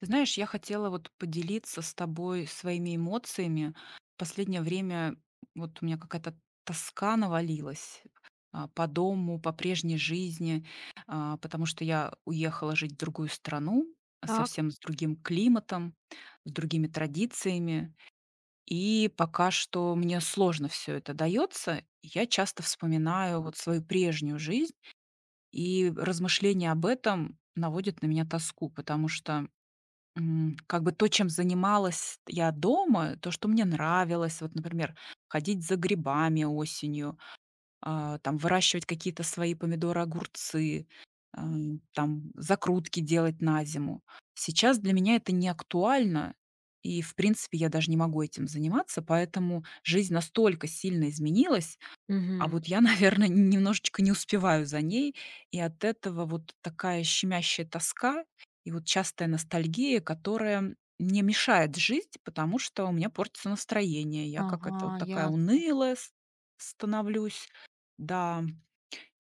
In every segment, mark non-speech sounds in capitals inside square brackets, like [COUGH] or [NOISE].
Ты знаешь, я хотела вот поделиться с тобой своими эмоциями. В последнее время вот у меня какая-то тоска навалилась по дому, по прежней жизни, потому что я уехала жить в другую страну, Так. совсем с другим климатом, с другими традициями. И пока что мне сложно все это дается. Я часто вспоминаю вот свою прежнюю жизнь, и размышления об этом наводят на меня тоску, потому что как бы то, чем занималась я дома, то, что мне нравилось, вот, например, ходить за грибами осенью, там выращивать какие-то свои помидоры, огурцы, там закрутки делать на зиму. Сейчас для меня это не актуально, и, в принципе, я даже не могу этим заниматься, поэтому жизнь настолько сильно изменилась, Мгм. вот я, [LAUGHS] наверное, немножечко не успеваю за ней, и от этого вот такая щемящая тоска и вот частая ностальгия, которая мне мешает жить, потому что у меня портится настроение. Я как Ага, это вот такая ясно. унылая становлюсь, да,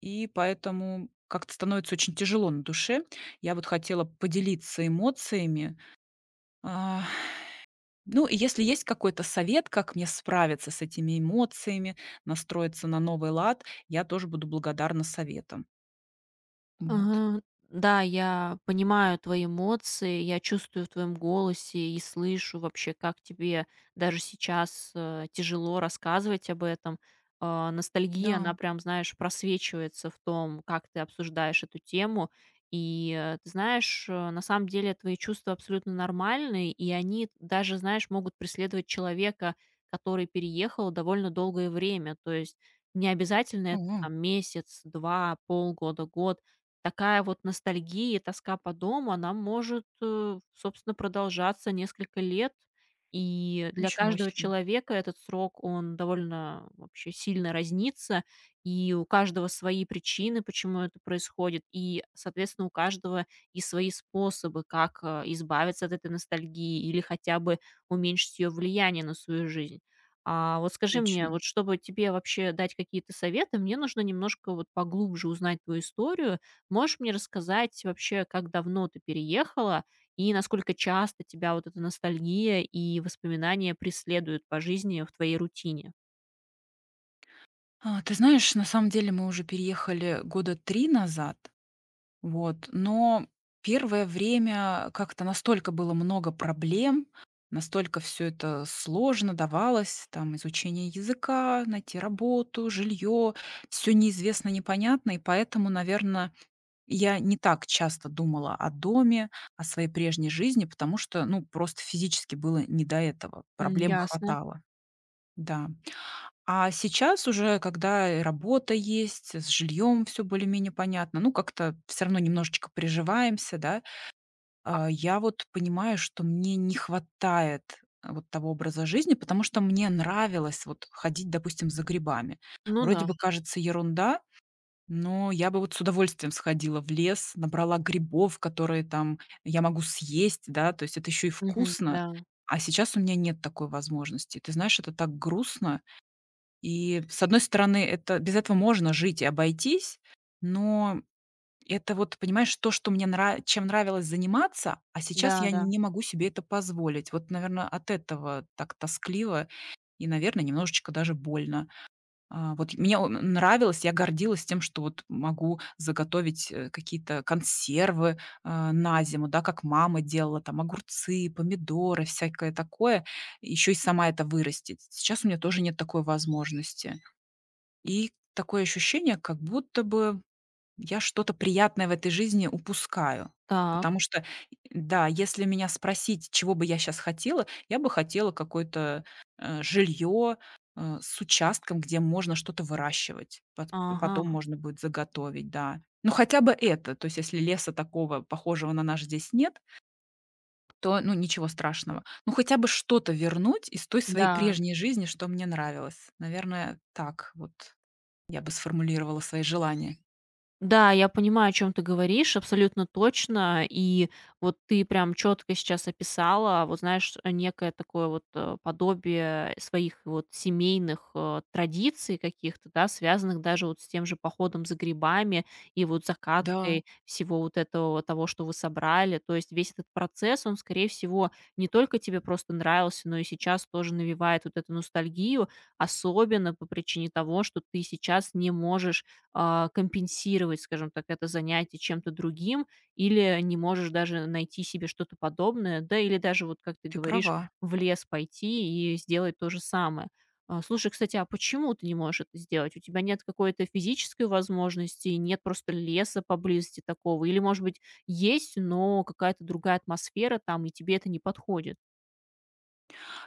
и поэтому как-то становится очень тяжело на душе. Я вот хотела поделиться эмоциями, а, ну, и если есть какой-то совет, как мне справиться с этими эмоциями, настроиться на новый лад, я тоже буду благодарна советам. Вот. Ага. Да, я понимаю твои эмоции, я чувствую в твоем голосе и слышу вообще, как тебе даже сейчас тяжело рассказывать об этом. Да, Ностальгия, она прям, знаешь, просвечивается в том, как ты обсуждаешь эту тему. И ты знаешь, на самом деле твои чувства абсолютно нормальные, и они даже, знаешь, могут преследовать человека, который переехал довольно долгое время. То есть не обязательно о, это там, месяц, два, полгода, год. Такая вот ностальгия и тоска по дому, она может, собственно, продолжаться несколько лет. И для ничего каждого себе, человека этот срок, он довольно вообще сильно разнится, и у каждого свои причины, почему это происходит, и, соответственно, у каждого и свои способы, как, избавиться от этой ностальгии или хотя бы уменьшить ее влияние на свою жизнь. А вот скажи мне, точно. вот чтобы тебе вообще дать какие-то советы, мне нужно немножко вот поглубже узнать твою историю. Можешь мне рассказать вообще, как давно ты переехала и насколько часто тебя вот эта ностальгия и воспоминания преследуют по жизни в твоей рутине? Ты знаешь, на самом деле мы уже переехали года 3 назад, вот, но первое время как-то настолько было много проблем, настолько все это сложно давалось, там изучение языка, найти работу, жилье, все неизвестно, непонятно, и поэтому, наверное. Я не так часто думала о доме, о своей прежней жизни, потому что, ну, просто физически было не до этого. М, Проблем ясно. хватало. Да. А сейчас уже, когда и работа есть, с жильем все более-менее понятно, ну, как-то все равно немножечко приживаемся, да. Я вот понимаю, что мне не хватает, вот того образа жизни, потому что мне нравилось вот ходить, допустим, за грибами. Ну Вроде да. бы кажется ерунда, но я бы вот с удовольствием сходила в лес, набрала грибов, которые там я могу съесть, да, то есть это еще и Мгм. вкусно. Да. А сейчас у меня нет такой возможности. Ты знаешь, это так грустно. И с одной стороны, это без этого можно жить и обойтись, но это вот, понимаешь, то, что чем нравилось заниматься, а сейчас я Да-да. не могу себе это позволить. Вот, наверное, от этого так тоскливо и, наверное, немножечко даже больно. А, вот мне он нравилось, я гордилась тем, что вот могу заготовить, какие-то консервы, на зиму, да, как мама делала, там огурцы, помидоры, всякое такое. Еще и сама это вырастить. Сейчас у меня тоже нет такой возможности. И такое ощущение, как будто бы я что-то приятное в этой жизни упускаю. Так. Потому что, да, если меня спросить, чего бы я сейчас хотела, я бы хотела какое-то, жилье, с участком, где можно что-то выращивать, потом Ага. можно будет заготовить, да. Ну, хотя бы это. То есть если леса такого, похожего на наш, здесь нет, то, ну, ничего страшного. Ну, хотя бы что-то вернуть из той своей Да. прежней жизни, что мне нравилось. Наверное, так вот я бы сформулировала свои желания. Да, я понимаю, о чем ты говоришь, абсолютно точно. И вот ты прям четко сейчас описала, вот знаешь, некое такое вот, подобие своих вот семейных, традиций каких-то, да, связанных даже вот с тем же походом за грибами и вот Да, закаткой всего вот этого, того, что вы собрали. То есть весь этот процесс, он, скорее всего, не только тебе просто нравился, но и сейчас тоже навевает вот эту ностальгию, особенно по причине того, что ты сейчас не можешь компенсировать, скажем так, это занятие чем-то другим, или не можешь даже найти себе что-то подобное, да, или даже, вот как ты ты говоришь, права. в лес пойти и сделать то же самое. Слушай, кстати, а почему ты не можешь это сделать? У тебя нет какой-то физической возможности, нет просто леса поблизости такого, или, может быть, есть, но какая-то другая атмосфера там, и тебе это не подходит.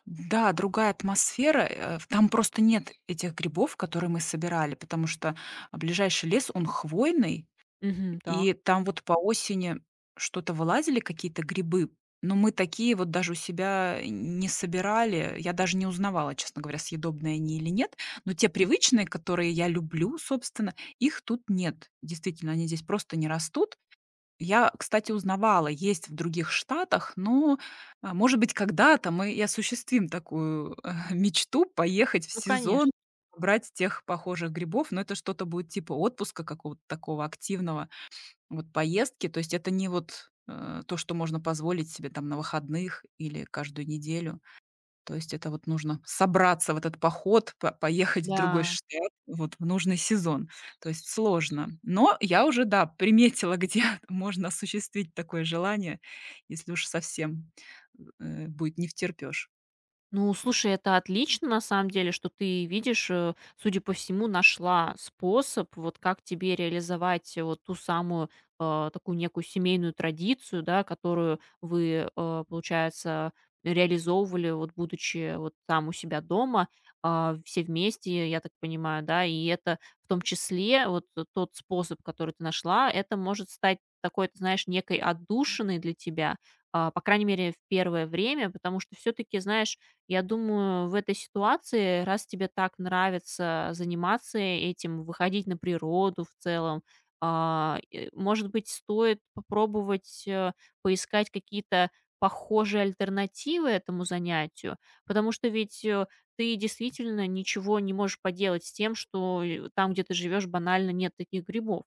Да, другая атмосфера. Там просто нет этих грибов, которые мы собирали, потому что ближайший лес, он хвойный, Мгм, так. и там вот по осени что-то вылазили, какие-то грибы, но мы такие вот даже у себя не собирали. Я даже не узнавала, честно говоря, съедобные они или нет. Но те привычные, которые я люблю, собственно, их тут нет. Действительно, они здесь просто не растут. Я, кстати, узнавала, есть в других штатах, но, может быть, когда-то мы и осуществим такую, [LAUGHS] мечту поехать в Ну, сезон, конечно. брать тех похожих грибов, но это что-то будет типа отпуска какого-то такого активного, вот поездки. То есть это не вот, то, что можно позволить себе там на выходных или каждую неделю. То есть это вот нужно собраться в этот поход, по поехать в другой Да. штат вот в нужный сезон. То есть сложно. Но я уже, да, приметила, где [LAUGHS] можно осуществить такое желание, если уж совсем, будет невтерпёж. Ну, слушай, это отлично, на самом деле, что ты видишь, судя по всему, нашла способ, вот как тебе реализовать вот ту самую такую некую семейную традицию, да, которую вы, получается, реализовывали, вот будучи вот там у себя дома, все вместе, я так понимаю, да, и это в том числе вот тот способ, который ты нашла, это может стать такой, ты знаешь, некой отдушиной для тебя, по крайней мере, в первое время, потому что все-таки, знаешь, я думаю, в этой ситуации, раз тебе так нравится заниматься этим, выходить на природу в целом, может быть, стоит попробовать, поискать какие-то похожие альтернативы этому занятию, потому что ведь, ты действительно ничего не можешь поделать с тем, что, там, где ты живешь, банально нет таких грибов.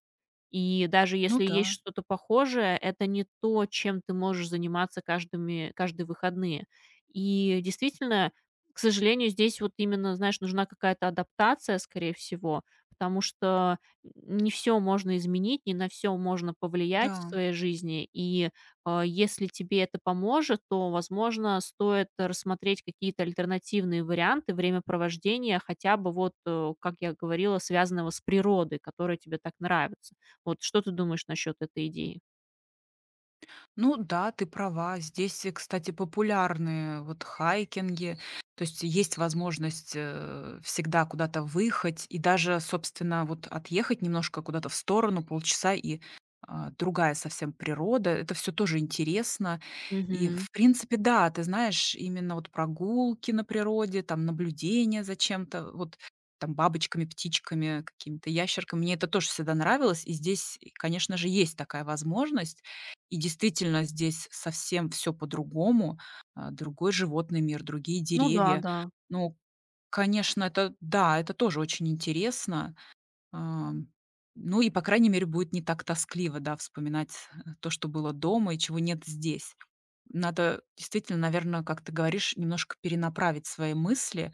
И даже Ну если да, есть что-то похожее, это не то, чем ты можешь заниматься каждыми каждые выходные. И действительно, к сожалению, здесь вот именно, знаешь, нужна какая-то адаптация, скорее всего, потому что не все можно изменить, не на все можно повлиять в да. своей жизни. И, если тебе это поможет, то, возможно, стоит рассмотреть какие-то альтернативные варианты времяпровождения, хотя бы вот, как я говорила, связанного с природой, которая тебе так нравится. Вот что ты думаешь насчет этой идеи? Ну да, ты права. Здесь, кстати, популярны вот хайкинги. То есть есть возможность, всегда куда-то выехать и даже, собственно, вот отъехать немножко куда-то в сторону, полчаса, и, другая совсем природа. Это все тоже интересно. И, Мгм. в принципе, да, ты знаешь, именно вот прогулки на природе, там наблюдение за чем-то, вот там бабочками, птичками, какими-то ящерками. Мне это тоже всегда нравилось. И здесь, и, конечно же, есть такая возможность. И действительно, здесь совсем все по-другому, другой животный мир, другие Ну да, деревья. да. Ну, конечно, это да, это тоже очень интересно. Ам, ну и, по крайней мере, будет не так тоскливо, да, вспоминать, то, что было дома и чего нет здесь. Надо действительно, наверное, как ты говоришь, немножко перенаправить свои мысли,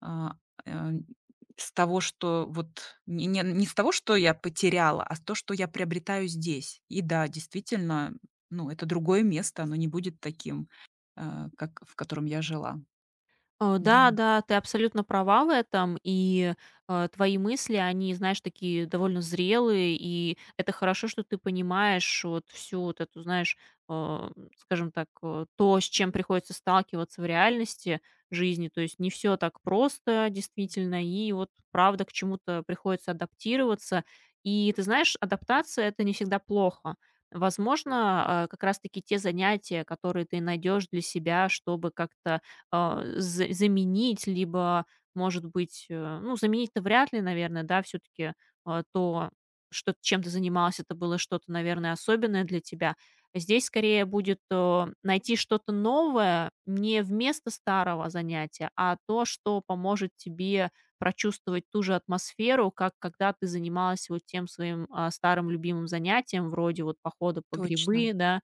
а, э, с того, что вот не не не с того, что я потеряла, а с то, что я приобретаю здесь. И да, действительно, ну, это другое место, оно не будет таким, как в котором я жила. О, Да, да, да, ты абсолютно права в этом, и, твои мысли, они, знаешь, такие довольно зрелые, и это хорошо, что ты понимаешь вот всю вот эту, знаешь, э, скажем так, то, с чем приходится сталкиваться в реальности жизни. То есть не все так просто действительно, и вот правда к чему-то приходится адаптироваться. И ты знаешь, адаптация — это не всегда плохо. Возможно, как раз таки те занятия, которые ты найдешь для себя, чтобы как-то а, за заменить, либо, может быть, ну, заменить-то вряд ли, наверное, да, все таки то, что чем ты занималась, это было что-то, наверное, особенное для тебя. Здесь скорее будет, найти что-то новое не вместо старого занятия, а то, что поможет тебе прочувствовать ту же атмосферу, как когда ты занималась вот тем своим, старым любимым занятием, вроде вот похода по точно. грибы, да,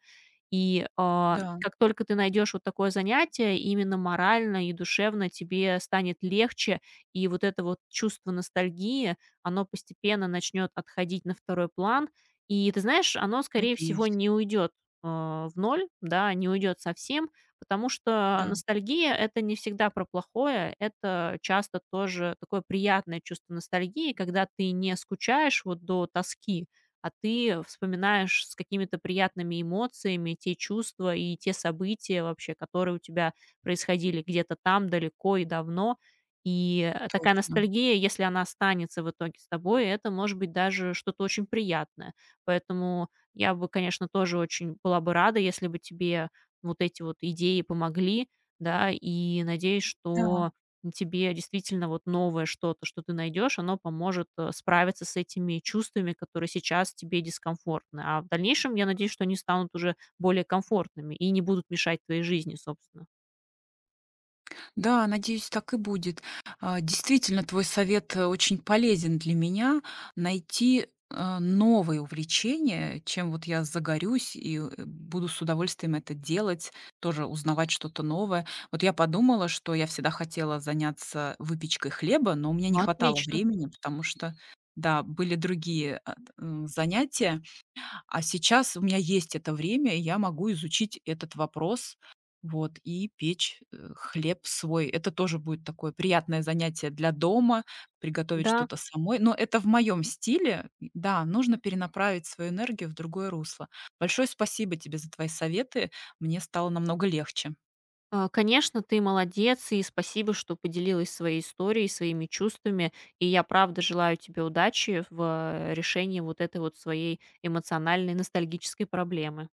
и, Да, как только ты найдешь вот такое занятие, именно морально и душевно тебе станет легче, и вот это вот чувство ностальгии, оно постепенно начнет отходить на второй план. И ты знаешь, оно, скорее всего, надеюсь. не уйдет, в ноль, да, не уйдет совсем, потому что Да, ностальгия — это не всегда про плохое, это часто тоже такое приятное чувство ностальгии, когда ты не скучаешь вот до тоски, а ты вспоминаешь с какими-то приятными эмоциями те чувства и те события вообще, которые у тебя происходили где-то там далеко и давно. И такая точно. ностальгия, если она останется в итоге с тобой, это может быть даже что-то очень приятное. Поэтому я бы, конечно, тоже очень была бы рада, если бы тебе вот эти вот идеи помогли, да, и надеюсь, Да. что тебе действительно вот новое что-то, что ты найдешь, оно поможет, справиться с этими чувствами, которые сейчас тебе дискомфортны. А в дальнейшем, я надеюсь, что они станут уже более комфортными и не будут мешать твоей жизни, собственно. Да, надеюсь, так и будет. Действительно, твой совет очень полезен для меня. Найти новое увлечение, чем вот я загорюсь и буду с удовольствием это делать, тоже узнавать что-то новое. Вот я подумала, что я всегда хотела заняться выпечкой хлеба, но у меня не Ну, хватало отлично. времени, потому что, да, были другие занятия, а сейчас у меня есть это время, и я могу изучить этот вопрос, вот, и печь, хлеб свой. Это тоже будет такое приятное занятие для дома, приготовить Да, что-то самой. Но это в моем стиле. И да, нужно перенаправить свою энергию в другое русло. Большое спасибо тебе за твои советы. Мне стало намного легче. Конечно, ты молодец, и спасибо, что поделилась своей историей, своими чувствами. И я правда желаю тебе удачи в, решении вот этой вот своей эмоциональной ностальгической проблемы.